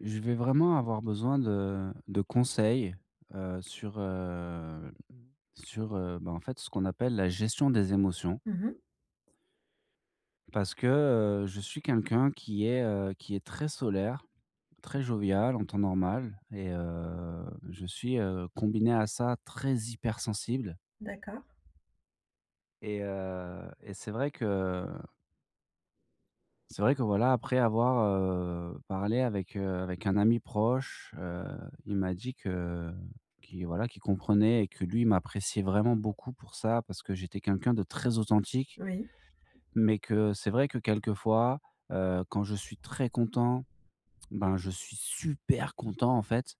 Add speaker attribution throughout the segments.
Speaker 1: Je vais vraiment avoir besoin de conseils, sur, sur, bah, en fait, ce qu'on appelle la gestion des émotions.
Speaker 2: Mmh mh.
Speaker 1: Parce que, je suis quelqu'un qui est très solaire, très jovial en temps normal et je suis, combiné à ça très hypersensible
Speaker 2: D'accord.
Speaker 1: et et c'est vrai que c'est vrai que voilà, après avoir, parlé avec, avec un ami proche, il m'a dit que qu'il voilà, qu'il comprenait et que lui, il m'appréciait vraiment beaucoup pour ça, parce que j'étais quelqu'un de très authentique.
Speaker 2: Oui.
Speaker 1: Mais que c'est vrai que quelquefois, quand je suis très content, ben, je suis super content, en fait.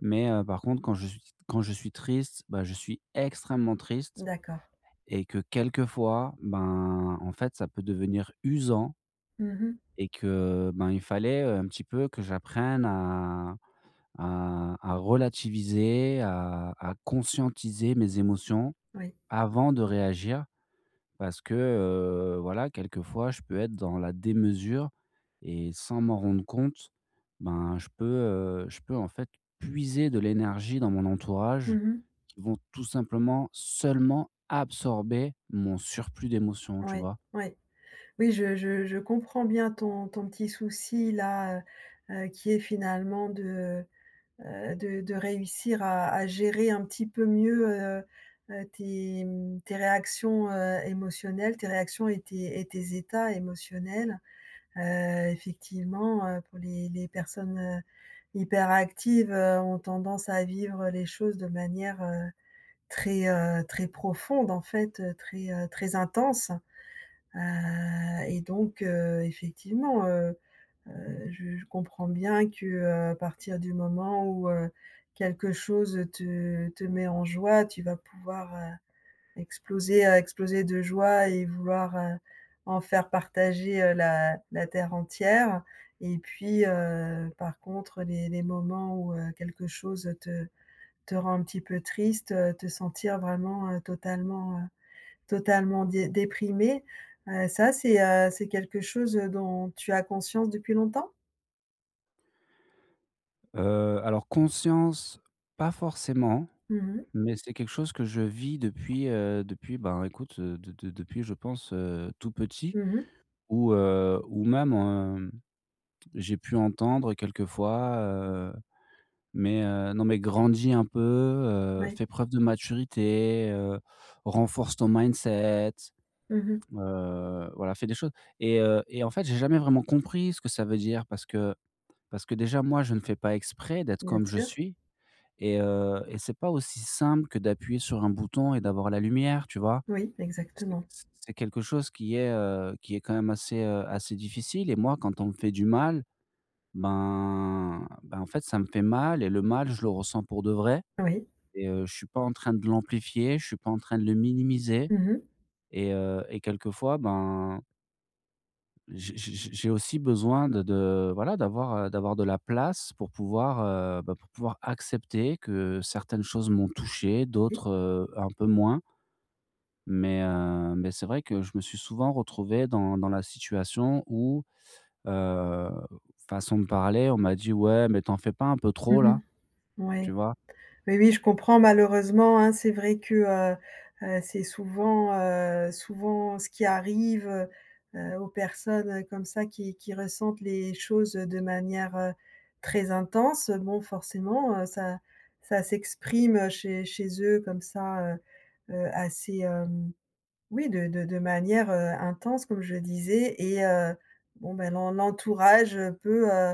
Speaker 1: Mais, par contre, quand je suis triste, ben je suis extrêmement triste
Speaker 2: D'accord.
Speaker 1: et que quelquefois, ben, en fait, ça peut devenir usant
Speaker 2: Mmh mh.
Speaker 1: et que, ben, il fallait, un petit peu que j'apprenne à relativiser, à conscientiser mes émotions
Speaker 2: Oui.
Speaker 1: avant de réagir parce que, voilà, quelquefois, je peux être dans la démesure et sans m'en rendre compte, ben, je peux, en fait, puiser de l'énergie dans mon
Speaker 2: Mmh
Speaker 1: entourage
Speaker 2: mh.
Speaker 1: qui vont tout simplement seulement absorber mon surplus d'émotions, tu
Speaker 2: Oui,
Speaker 1: vois?
Speaker 2: oui. Oui, je comprends bien ton petit souci là, qui est finalement de, de réussir à gérer un petit peu mieux, tes réactions, émotionnelles, tes réactions et tes états émotionnels. Effectivement, pour les personnes, hyperactives, ont tendance à vivre les choses de manière très profonde, en fait, très, très intense, et donc effectivement, je comprends bien que, à partir du moment où, quelque chose te met en joie, tu vas pouvoir, exploser, de joie et vouloir, en faire partager, la terre entière, et puis, par contre, les moments où, quelque chose te rend un petit peu triste, te sentir vraiment, totalement dé déprimé. Ça c'est quelque chose dont tu as conscience depuis longtemps?
Speaker 1: Alors conscience, pas forcément.
Speaker 2: Mmh mh.
Speaker 1: Mais c'est quelque chose que je vis depuis, depuis, ben, écoute, de depuis, je pense, tout petit
Speaker 2: Mmh.
Speaker 1: ou même, j'ai pu entendre quelquefois, mais, non, mais grandis un peu,
Speaker 2: Oui.
Speaker 1: fais preuve de maturité, renforce ton mindset,
Speaker 2: Mmh.
Speaker 1: voilà, fais des choses et et en fait, j'ai jamais vraiment compris ce que ça veut dire parce que déjà moi, je ne fais pas exprès d'être
Speaker 2: Bien
Speaker 1: comme je
Speaker 2: sûr.
Speaker 1: suis. Et et c'est pas aussi simple que d'appuyer sur un bouton et d'avoir la lumière, tu vois?
Speaker 2: Oui,
Speaker 1: C'est
Speaker 2: exactement.
Speaker 1: c'est quelque chose qui est quand même assez, assez difficile et moi, quand on me fait du mal, ben, en fait, ça me fait mal et le mal, je le ressens pour de vrai
Speaker 2: Oui.
Speaker 1: et je suis pas en train de l'amplifier, je suis pas en train de le minimiser
Speaker 2: Mmh.
Speaker 1: et et quelquefois, ben, j'ai aussi besoin de voilà, d'avoir, d'avoir de la place pour pouvoir, bah, pour pouvoir accepter que certaines choses m'ont touché,
Speaker 2: Oui.
Speaker 1: d'autres, un peu moins. Mais c'est vrai que je me suis souvent retrouvé dans la situation où, heu, façon de parler, on m'a dit: «Ouais, mais t'en fais pas un peu
Speaker 2: Mmh
Speaker 1: trop là?»
Speaker 2: mh.
Speaker 1: Tu
Speaker 2: Ouais.
Speaker 1: vois?
Speaker 2: Oui, oui, je comprends, malheureusement, hein, c'est vrai que, c'est souvent ce qui arrive, aux personnes, comme ça, qui ressentent les choses de manière, très intense. Bon, forcément, ça s'exprime, chez eux comme ça, assez, hem oui, de manière, intense, comme je le disais, et bon, ben l'entourage, peut,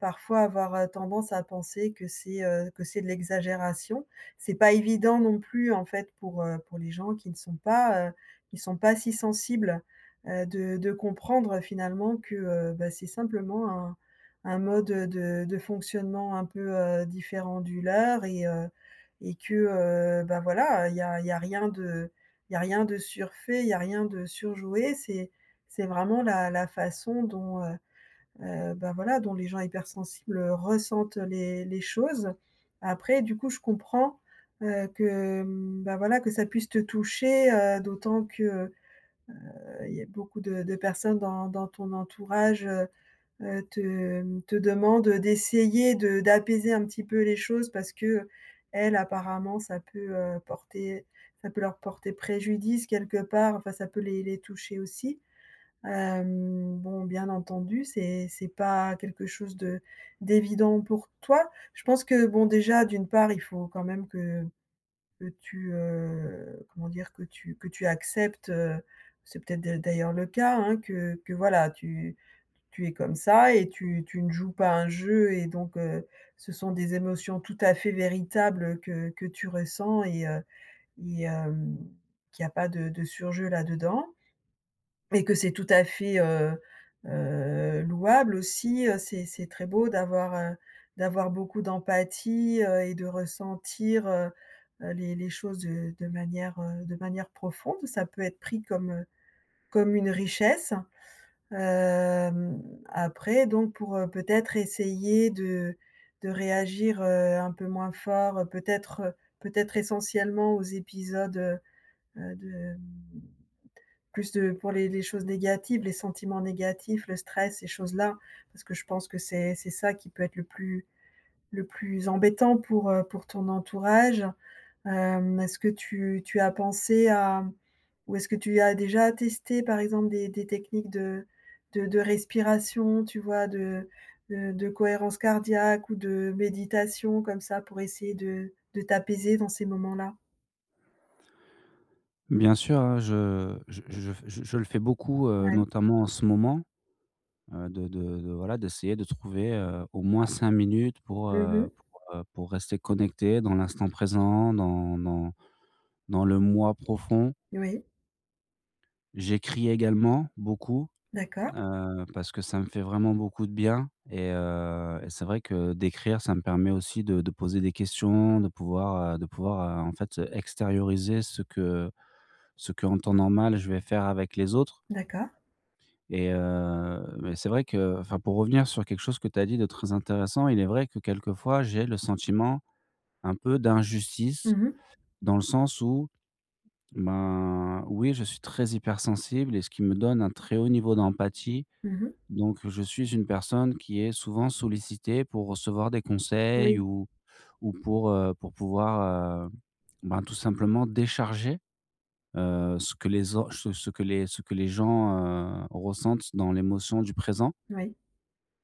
Speaker 2: parfois avoir, tendance à penser que c'est de l'exagération. C'est pas évident non plus, en fait, pour les gens qui ne sont pas, qui sont pas si sensibles, de comprendre finalement que, bah, c'est simplement un mode, de fonctionnement un peu, différent du leur, et que, bah, voilà, il y a rien de il y a rien de surfait, il y a rien de surjoué. C'est vraiment la façon dont, bah, voilà, dont les gens hypersensibles ressentent les choses. Après, du coup, je comprends, bah, voilà, que ça puisse te toucher, d'autant que, il y a beaucoup de personnes dans ton entourage, te demande d'essayer de d'apaiser un petit peu les choses, parce que qu'elles, apparemment, ça peut leur porter préjudice quelque part, enfin ça peut les toucher aussi. Bon, bien entendu, c'est pas quelque chose de d'évident pour toi. Je pense que, bon, déjà, d'une part, il faut quand même que tu, comment dire? Que tu acceptes, c'est peut-être d'ailleurs le cas, hein, que voilà, tu es comme ça et tu ne joues pas un jeu, et donc, ce sont des émotions tout à fait véritables que tu ressens, et qu'il y a pas de surjeu là-dedans, et que c'est tout à fait, louable aussi, c'est très beau d'avoir beaucoup d'empathie, et de ressentir, les choses de manière profonde. Ça peut être pris comme une richesse. Après, donc, peut-être essayer de réagir, un peu moins fort, peut-être essentiellement aux épisodes, heu, de, plus, de, pour les choses négatives, les sentiments négatifs, le stress, ces choses-là. Parce que je pense que c'est ça qui peut être le plus embêtant, pour ton entourage. Est-ce que tu as pensé à, ou est-ce que tu as déjà testé, par exemple, des techniques de respiration, tu vois, de cohérence cardiaque, ou de méditation, comme ça, pour essayer de t'apaiser dans ces moments-là?
Speaker 1: Bien sûr, hein, je le fais beaucoup,
Speaker 2: Ouais.
Speaker 1: notamment en ce moment. De voilà, d'essayer de trouver, au moins 5 minutes
Speaker 2: Mmh.
Speaker 1: pour rester connecté dans l'instant présent, dans le moi profond.
Speaker 2: Oui.
Speaker 1: J'écris également beaucoup,
Speaker 2: D'accord,
Speaker 1: parce que ça me fait vraiment beaucoup de bien et et c'est vrai que d'écrire, ça me permet aussi de poser des questions, de pouvoir, en fait, extérioriser ce que en temps normal je vais faire avec les autres.
Speaker 2: d'accord.
Speaker 1: Mais c'est vrai que enfin, pour revenir sur quelque chose que tu as dit de très intéressant, il est vrai que quelquefois, j'ai le sentiment un peu
Speaker 2: Mmh
Speaker 1: d'injustice
Speaker 2: mh.
Speaker 1: dans le sens où, ben, oui, je suis très hypersensible et ce qui me donne un très haut niveau d'empathie.
Speaker 2: Mmh.
Speaker 1: Donc je suis une personne qui est souvent sollicitée pour recevoir des conseils
Speaker 2: Oui,
Speaker 1: ou pour pouvoir, ben, tout simplement décharger, ce que les au ce ce que les gens, ressentent dans l'émotion du présent.
Speaker 2: oui.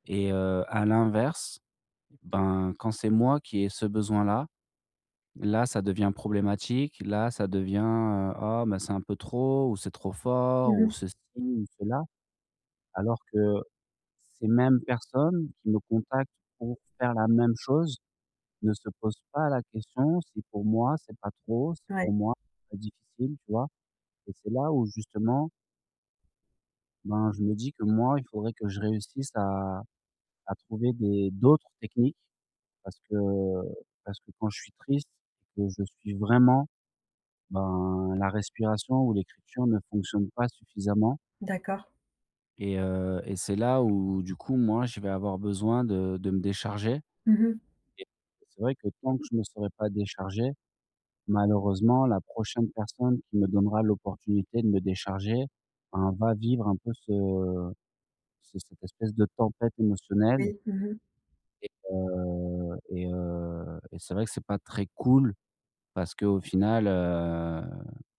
Speaker 1: À l'inverse, ben, quand c'est moi qui ai ce besoin-là, là, ça devient problématique. Là, ça devient, «Oh, bah, c'est un peu trop» ou «C'est trop fort» ou
Speaker 2: Mmh.
Speaker 1: ceci ou cela. Alors que ces mêmes personnes qui me contactent pour faire la même chose ne se posent pas la question si pour moi c'est pas trop, si
Speaker 2: Ouais.
Speaker 1: pour moi c'est pas difficile, tu vois? Et c'est là où justement, ben, je me dis que moi, il faudrait que je réussisse à trouver des d'autres techniques. Parce que parce que quand je suis triste que je suis vraiment, ben, la respiration ou l'écriture ne fonctionne pas suffisamment
Speaker 2: D'accord.
Speaker 1: et et c'est là où du coup, moi, je vais avoir besoin de me décharger
Speaker 2: Mmh.
Speaker 1: et c'est vrai que tant que je ne serai pas déchargé, malheureusement, la prochaine personne qui me donnera l'opportunité de me décharger, ben, va vivre un peu ce cette espèce de tempête émotionnelle,
Speaker 2: Oui. Mmh.
Speaker 1: et c'est vrai que c'est pas très cool. Parce qu'au final,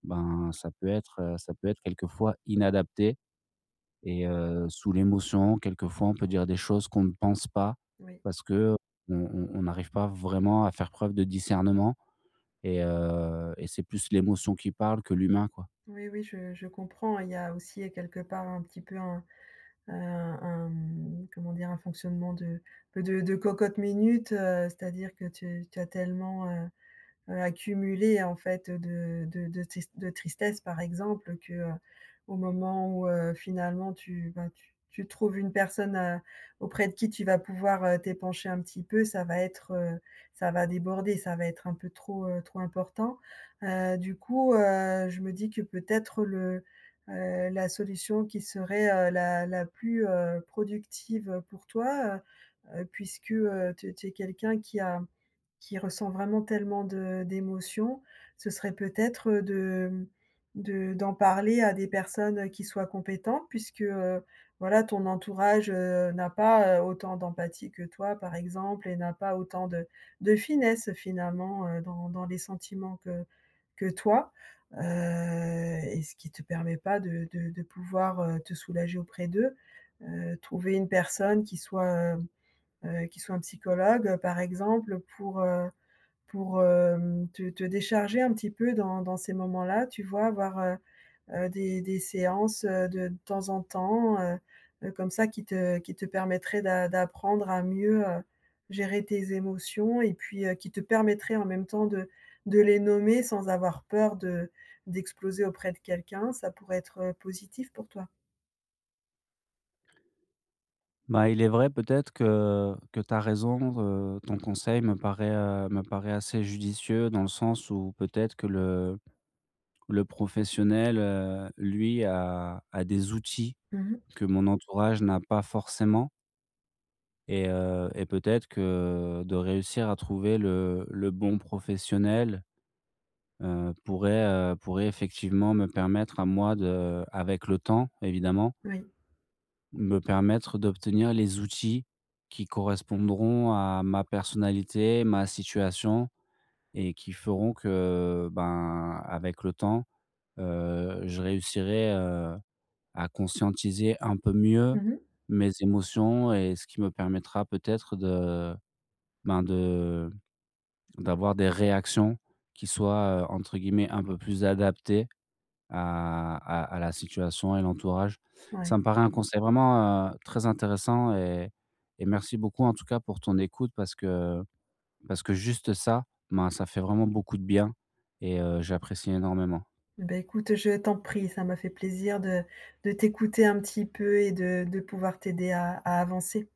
Speaker 1: ben, ça peut être quelquefois inadapté et sous l'émotion, quelquefois, on peut dire des choses qu'on ne pense pas
Speaker 2: Oui.
Speaker 1: parce que on n'arrive pas vraiment à faire preuve de discernement et et c'est plus l'émotion qui parle que l'humain, quoi.
Speaker 2: Oui, oui, je comprends. Il y a aussi quelque part un petit peu un, Heu, un, comment dire? Un fonctionnement de cocotte minute, c'est-à-dire que tu as tellement, accumulé, en fait, de tristesse, par exemple, que, au moment où, finalement, ben, tu trouves une personne, auprès de qui tu vas pouvoir, t'épancher un petit peu, ça va être, ça va déborder, ça va être un peu trop, trop important. Du coup, je me dis que peut-être la solution qui serait, la plus, productive, pour toi, puisque, tu es quelqu'un qui ressent vraiment tellement de d'émotions, ce serait peut-être, de, mmh, de d'en parler à des personnes, qui soient compétentes, puisque, voilà, ton entourage, n'a pas, autant d'empathie que toi, par exemple, et n'a pas autant de finesse, finalement, dans les sentiments que toi, heu et ce qui te permet pas de pouvoir, te soulager auprès d'eux. Trouver une personne qui soit un psychologue, par exemple, pour te décharger un petit peu dans ces moments-là, tu vois? Avoir, des séances, de temps en temps, comme ça, qui te permettraient d'apprendre à mieux, gérer tes émotions, et puis, qui te permettraient en même temps de les nommer sans avoir peur de d'exploser auprès de quelqu'un. Ça pourrait être, positif pour toi?
Speaker 1: Bah, il est vrai peut-être que tu as raison, ton conseil me paraît assez judicieux dans le sens où peut-être que le professionnel, lui a des outils
Speaker 2: Mmh.
Speaker 1: que mon entourage n'a pas forcément et et peut-être que de réussir à trouver le bon professionnel, heu, pourrait, pourrait effectivement me permettre à moi de avec le temps évidemment,
Speaker 2: Oui.
Speaker 1: me permettre d'obtenir les outils qui correspondront à ma personnalité, ma situation et qui feront que, ben, avec le temps, je réussirai, à conscientiser un peu mieux
Speaker 2: Mmh.
Speaker 1: mes émotions et ce qui me permettra peut-être de, ben, de d'avoir des réactions qui soient, entre guillemets, «un peu plus adaptées» à la situation et l'entourage.
Speaker 2: Ouais.
Speaker 1: Ça me paraît un conseil vraiment, très intéressant et merci beaucoup en tout cas pour ton écoute parce que juste ça, ben, ça fait vraiment beaucoup de bien et j'apprécie énormément.
Speaker 2: Ben, écoute, je t'en prie, ça m'a fait plaisir de t'écouter un petit peu et de pouvoir t'aider à avancer.